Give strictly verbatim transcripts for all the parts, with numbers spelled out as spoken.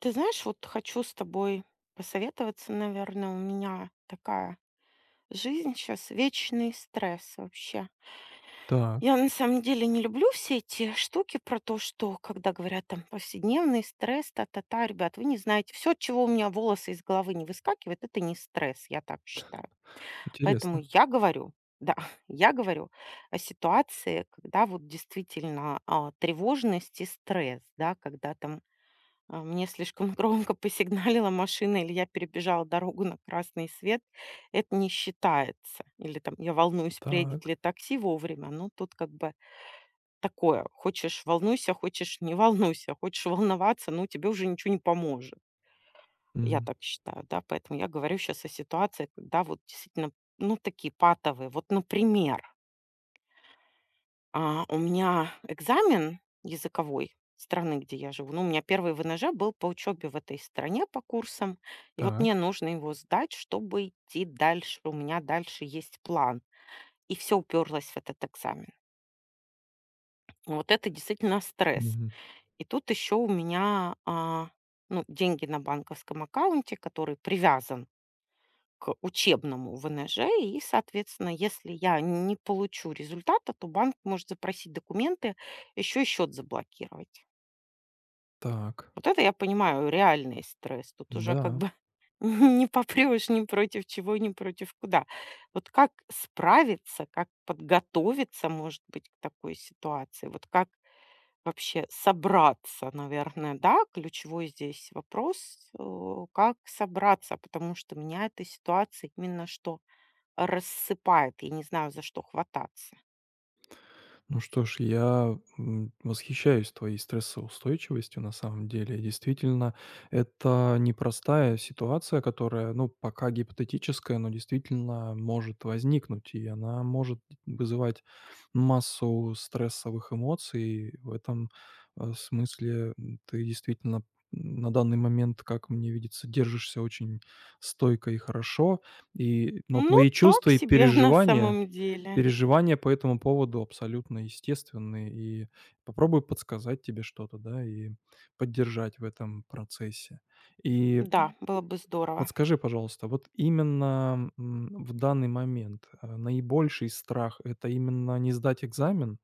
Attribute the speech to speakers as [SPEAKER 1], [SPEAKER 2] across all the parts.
[SPEAKER 1] Ты знаешь, вот хочу с тобой посоветоваться, наверное. У меня такая жизнь сейчас, вечный стресс вообще.
[SPEAKER 2] Так,
[SPEAKER 1] Я на самом деле не люблю все эти штуки про то, что когда говорят там повседневный стресс, та-та-та, ребят, вы не знаете, все, от чего у меня волосы из головы не выскакивает, это не стресс, я так считаю. Поэтому
[SPEAKER 2] интересно.
[SPEAKER 1] я говорю, да, я говорю о ситуации, когда вот действительно а, тревожность и стресс, да, когда там а, мне слишком громко посигналила машина или я перебежала дорогу на красный свет, это не считается. Или там я волнуюсь, приедет
[SPEAKER 2] Так,
[SPEAKER 1] ли такси вовремя. Ну, тут как бы такое. Хочешь волнуйся, хочешь не волнуйся, хочешь волноваться, ну, тебе уже ничего не поможет. Я
[SPEAKER 2] м,
[SPEAKER 1] так считаю, да, поэтому я говорю сейчас о ситуации, когда вот действительно, ну, такие патовые. Вот, например, А, у меня экзамен языковой страны, где я живу. Ну, у меня первый вэ эн же был по учебе в этой стране по курсам. И вот
[SPEAKER 2] так,
[SPEAKER 1] мне нужно его сдать, чтобы идти дальше. У меня дальше есть план. И все уперлось в этот экзамен. Вот это действительно стресс.
[SPEAKER 2] мгм,
[SPEAKER 1] И тут еще у меня а, ну, деньги на банковском аккаунте, который привязан к учебному вэ эн же, и, соответственно, если я не получу результата, то банк может запросить документы, еще и счет заблокировать.
[SPEAKER 2] так,
[SPEAKER 1] Вот это я понимаю, реальный стресс. Тут уже как
[SPEAKER 2] да.
[SPEAKER 1] бы не попрешь ни против чего, ни против куда. Вот как справиться, как подготовиться, может быть, к такой ситуации? Вот как вообще собраться, наверное, да? Ключевой здесь вопрос, э, как собраться, потому что меня эта ситуация именно что рассыпает, я не знаю, за что хвататься.
[SPEAKER 2] Ну что ж, я м, восхищаюсь твоей стрессоустойчивостью на самом деле. Действительно, это непростая ситуация, которая, ну, пока гипотетическая, но действительно может возникнуть, и она может вызывать массу стрессовых эмоций. В этом э, смысле м, ты действительно м, на данный момент, как мне видится, держишься очень стойко и хорошо. И, но
[SPEAKER 1] Ну,
[SPEAKER 2] твои
[SPEAKER 1] так
[SPEAKER 2] чувства и
[SPEAKER 1] себе на
[SPEAKER 2] переживания
[SPEAKER 1] самом деле.
[SPEAKER 2] Переживания по этому поводу абсолютно естественные, и попробую подсказать тебе что-то, да, и поддержать в этом процессе. И
[SPEAKER 1] Да, было бы здорово.
[SPEAKER 2] подскажи, пожалуйста, вот именно, м, в данный момент, э, наибольший страх- это именно не сдать экзамен?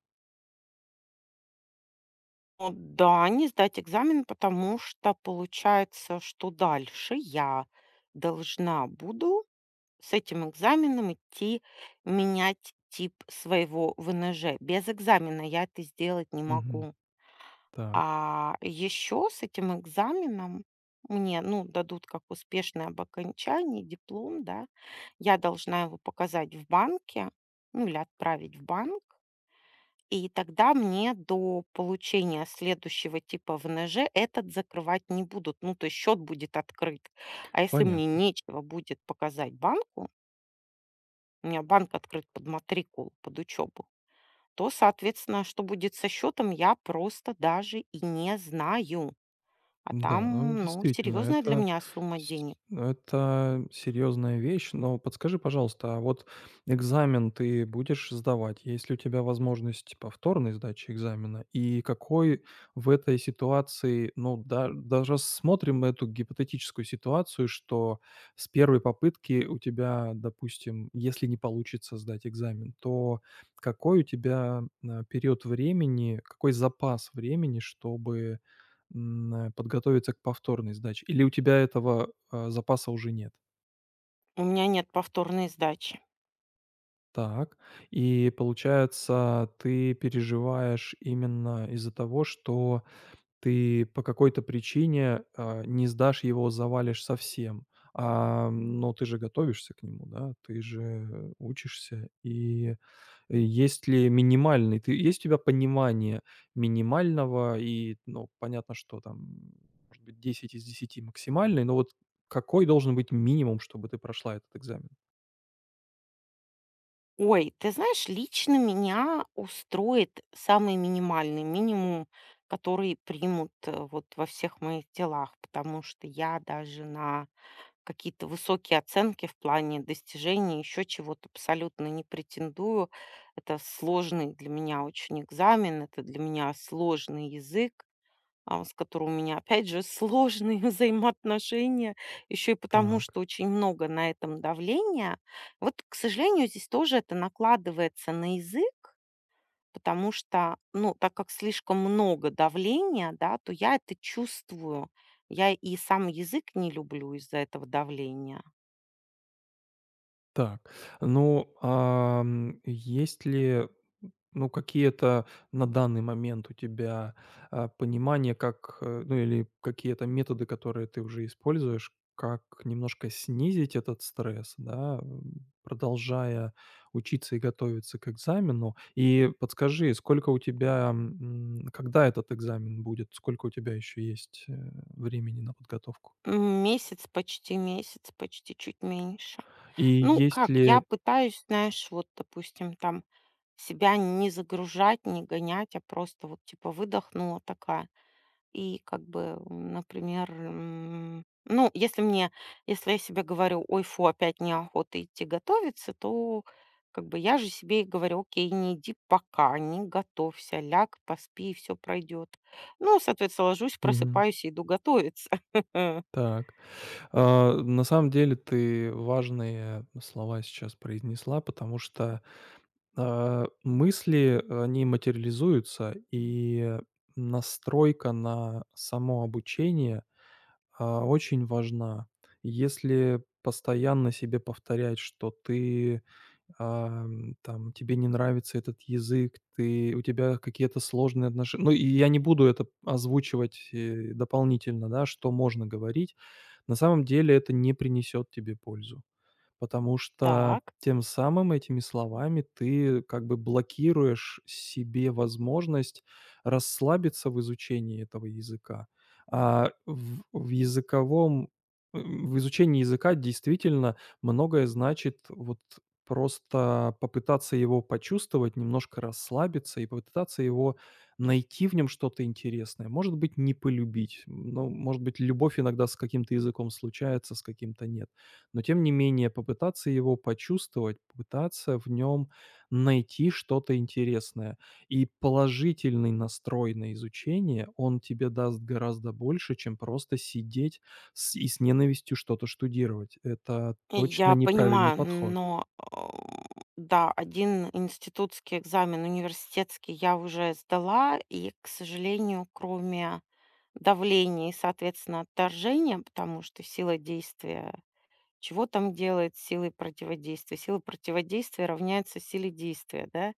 [SPEAKER 1] Ну да, не сдать экзамен, потому что получается, что дальше я должна буду с этим экзаменом идти менять тип своего вэ эн же. Без экзамена я это сделать не
[SPEAKER 2] Мгм.
[SPEAKER 1] могу.
[SPEAKER 2] Так,
[SPEAKER 1] А еще с этим экзаменом мне, ну, дадут как успешное об окончании диплом, да. Я должна его показать в банке, ну, или отправить в банк. И тогда мне до получения следующего типа вэ эн же этот закрывать не будут. Ну, то есть счет будет открыт. А если мне
[SPEAKER 2] понятно.
[SPEAKER 1] нечего будет показать банку, у меня банк открыт под матрикулу, под учебу, то, соответственно, что будет со счетом, я просто даже и не знаю. А
[SPEAKER 2] Да, ну
[SPEAKER 1] там, ну,
[SPEAKER 2] действительно,
[SPEAKER 1] серьезная для
[SPEAKER 2] это
[SPEAKER 1] меня сумма
[SPEAKER 2] с
[SPEAKER 1] денег.
[SPEAKER 2] ну, это серьезная вещь. Но подскажи, пожалуйста, а вот экзамен ты будешь сдавать? Есть ли у тебя возможность повторной сдачи экзамена? И какой в этой ситуации, ну, да, даже рассмотрим эту гипотетическую ситуацию, что с первой попытки у тебя, допустим, если не получится сдать экзамен, то какой у тебя, а, период времени, какой запас времени, чтобы М, э, подготовиться к повторной сдаче? Или у тебя этого, а, запаса уже нет?
[SPEAKER 1] У меня нет повторной сдачи.
[SPEAKER 2] Так. И получается, ты переживаешь именно из-за того, что ты по какой-то причине, а, не сдашь его, завалишь совсем. А, но ты же готовишься к нему, да, ты же учишься. И э, есть ли минимальный ты есть у тебя понимание минимального и, ну, понятно, что там, может быть, десять из десяти максимальный, но вот какой должен быть минимум, чтобы ты прошла этот экзамен?
[SPEAKER 1] Ой, ты знаешь, лично меня устроит самый минимальный минимум, который примут э, вот во всех моих делах, потому что я даже на какие-то высокие оценки в плане достижений, еще чего-то абсолютно не претендую. Это сложный для меня очень экзамен, это для меня сложный язык, а, с которой у меня, опять же, сложные взаимоотношения, еще и потому,
[SPEAKER 2] Так.
[SPEAKER 1] что очень много на этом давления. Вот, к сожалению, здесь тоже это накладывается на язык, потому что, ну, так как слишком много давления, да, то я это чувствую. Я и сам язык не люблю из-за этого давления.
[SPEAKER 2] Так, ну, ам, есть ли, ну, какие-то на данный момент у тебя, а, понимание, как, э, ну, или какие-то методы, которые ты уже используешь, как немножко снизить этот стресс, да, м, продолжая учиться и готовиться к экзамену? И подскажи, сколько у тебя, м, когда этот экзамен будет? Сколько у тебя еще есть, э, времени на подготовку?
[SPEAKER 1] М, Месяц, почти месяц, почти чуть меньше.
[SPEAKER 2] И
[SPEAKER 1] Ну,
[SPEAKER 2] есть
[SPEAKER 1] как, я
[SPEAKER 2] ли
[SPEAKER 1] пытаюсь, знаешь, вот, допустим, там себя не загружать, не гонять, а просто вот типа выдохнула такая. И как бы, м, например, м, ну, если мне, если я себе говорю, ой, фу, опять неохота идти готовиться, то как бы я же себе и говорю, окей, не иди пока, не готовься, ляг, поспи, и все пройдет. Ну, соответственно, ложусь,
[SPEAKER 2] Мгм.
[SPEAKER 1] просыпаюсь и иду готовиться.
[SPEAKER 2] Так. А, на самом деле ты важные слова сейчас произнесла, потому что, а, мысли, они материализуются, и настройка на само обучение, а, очень важна. Если постоянно себе повторять, что ты ам, там тебе не нравится этот язык, ты у тебя какие-то сложные отношения. Ну, и я не буду это озвучивать э, дополнительно, да, что можно говорить. На самом деле это не принесет тебе пользу. Потому что
[SPEAKER 1] Так.
[SPEAKER 2] тем самым этими словами ты как бы блокируешь себе возможность расслабиться в изучении этого языка. А в в языковом м, в изучении языка действительно многое значит вот просто попытаться его почувствовать, немножко расслабиться и попытаться его найти в нем что-то интересное. Может быть, не полюбить. Ну, может быть, любовь иногда с каким-то языком случается, с каким-то нет. Но тем не менее попытаться его почувствовать, попытаться в нем найти что-то интересное. И положительный настрой на изучение, он тебе даст гораздо больше, чем просто сидеть с и с ненавистью что-то штудировать. Это точно
[SPEAKER 1] Я
[SPEAKER 2] неправильный
[SPEAKER 1] понимаю,
[SPEAKER 2] подход.
[SPEAKER 1] но, а, да, один институтский экзамен, университетский я уже сдала, и, к сожалению, кроме давления и, соответственно, отторжения, потому что сила действия чего там делает силой противодействия? Сила противодействия равняется силе действия, да?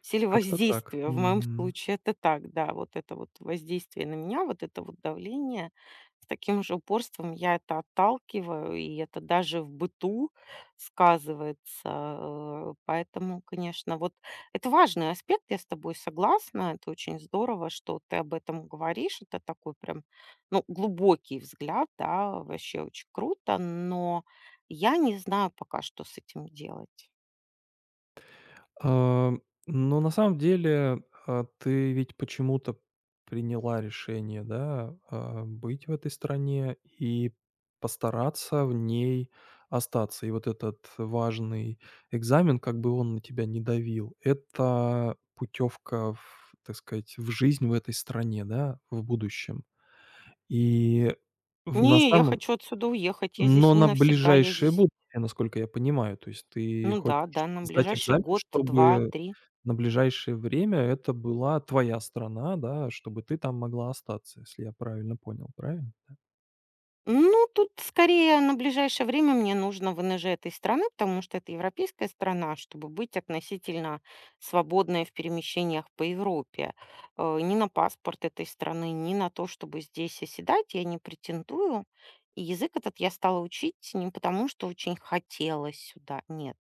[SPEAKER 1] Силе
[SPEAKER 2] Как-то так.
[SPEAKER 1] воздействия. В моем
[SPEAKER 2] Мгм.
[SPEAKER 1] случае это так, да. Вот это вот воздействие на меня, вот это вот давление. С таким же упорством я это отталкиваю, и это даже в быту сказывается. э, Поэтому, конечно, вот это важный аспект, я с тобой согласна. Это очень здорово, что ты об этом говоришь. Это такой прям, ну, глубокий взгляд, да, вообще очень круто, но я не знаю пока, что с этим делать.
[SPEAKER 2] А, но на самом деле, а, ты ведь почему-то приняла решение, да, а, быть в этой стране и постараться в ней остаться. И вот этот важный экзамен, как бы он на тебя не давил, это путевка в, так сказать, в жизнь в этой стране, да, в будущем. И в на
[SPEAKER 1] Не, я
[SPEAKER 2] самом
[SPEAKER 1] хочу отсюда уехать. Я
[SPEAKER 2] но
[SPEAKER 1] здесь не
[SPEAKER 2] на
[SPEAKER 1] навсегда. Я
[SPEAKER 2] ближайшее
[SPEAKER 1] здесь,
[SPEAKER 2] будущее, насколько я понимаю. То есть ты
[SPEAKER 1] ну
[SPEAKER 2] хочешь
[SPEAKER 1] да, да, на
[SPEAKER 2] сдать
[SPEAKER 1] ближайший
[SPEAKER 2] экзамен,
[SPEAKER 1] год,
[SPEAKER 2] чтобы
[SPEAKER 1] два три.
[SPEAKER 2] на ближайшее время это была твоя страна, да, чтобы ты там могла остаться, если я правильно понял, правильно?
[SPEAKER 1] Ну, тут скорее на ближайшее время мне нужно вэ эн же этой страны, потому что это европейская страна, чтобы быть относительно свободной в перемещениях по Европе. Э, Ни на паспорт этой страны, ни на то, чтобы здесь оседать, я не претендую. И язык этот я стала учить не потому, что очень хотелось сюда, нет,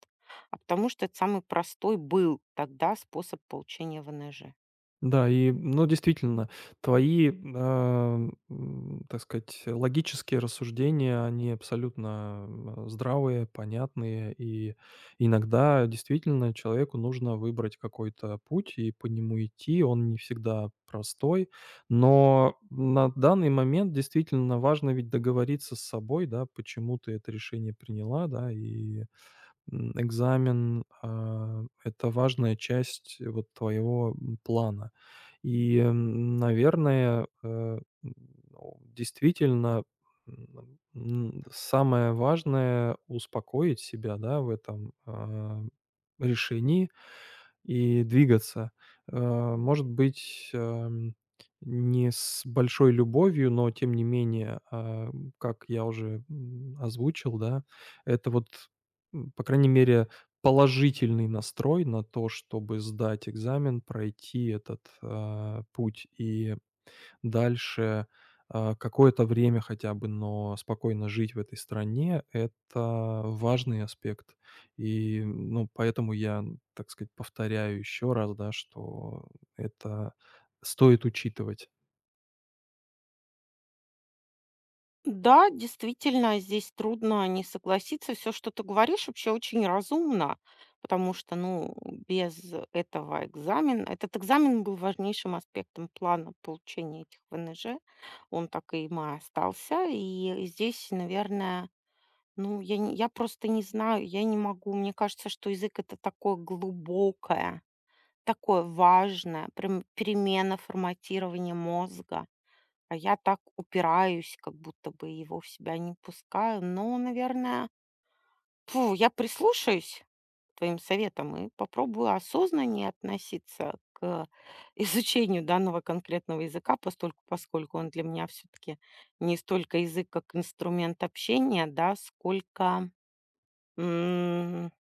[SPEAKER 1] а потому что это самый простой был тогда способ получения вэ эн же.
[SPEAKER 2] Да, и, ну, действительно, твои, ам, м, так сказать, логические рассуждения, они абсолютно, м, здравые, понятные. И иногда действительно человеку нужно выбрать какой-то путь и по нему идти. Он не всегда простой. Но на данный момент действительно важно ведь договориться с собой, да, почему ты это решение приняла, да, и м, экзамен, а, это важная часть э, вот твоего, м, плана. И, м, наверное, э, м, ну, действительно, м, м, самое важное- успокоить себя, да, в этом, а, решении и двигаться. Э, может быть, эм, не с большой любовью, но тем не менее, а, как я уже, м, озвучил, да, это вот М, по крайней мере, положительный настрой на то, чтобы сдать экзамен, пройти этот, а, путь и дальше, а, какое-то время хотя бы, но спокойно жить в этой стране- это важный аспект. И, ну, поэтому я, так сказать, повторяю еще раз, да, что это стоит учитывать.
[SPEAKER 1] Да, действительно, здесь трудно не согласиться. Все, что ты говоришь, вообще очень разумно, потому что, ну, без этого экзамена… Этот экзамен был важнейшим аспектом плана получения этих вэ эн же. Он так и им и остался. И здесь, наверное, ну, я, не- я просто не знаю, я не могу. Мне кажется, что язык — это такое глубокое, такое важное, прям перемена форматирования мозга. А я так упираюсь, как будто бы его в себя не пускаю. Но, наверное, фу, я прислушаюсь к твоим советам и попробую осознаннее относиться к изучению данного конкретного языка, постольку, поскольку он для меня все-таки не столько язык, как инструмент общения, да, сколько м,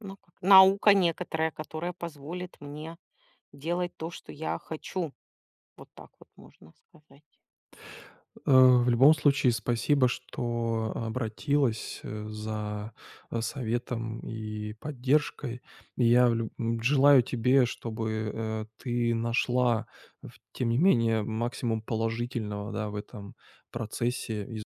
[SPEAKER 1] ну, как наука некоторая, которая позволит мне делать то, что я хочу. Вот так вот можно сказать.
[SPEAKER 2] Э, в любом случае, спасибо, что обратилась, э, за, э, советом и поддержкой. И я в лю м, желаю тебе, чтобы, э, ты нашла, э, в тем не менее, максимум положительного, да, в этом процессе.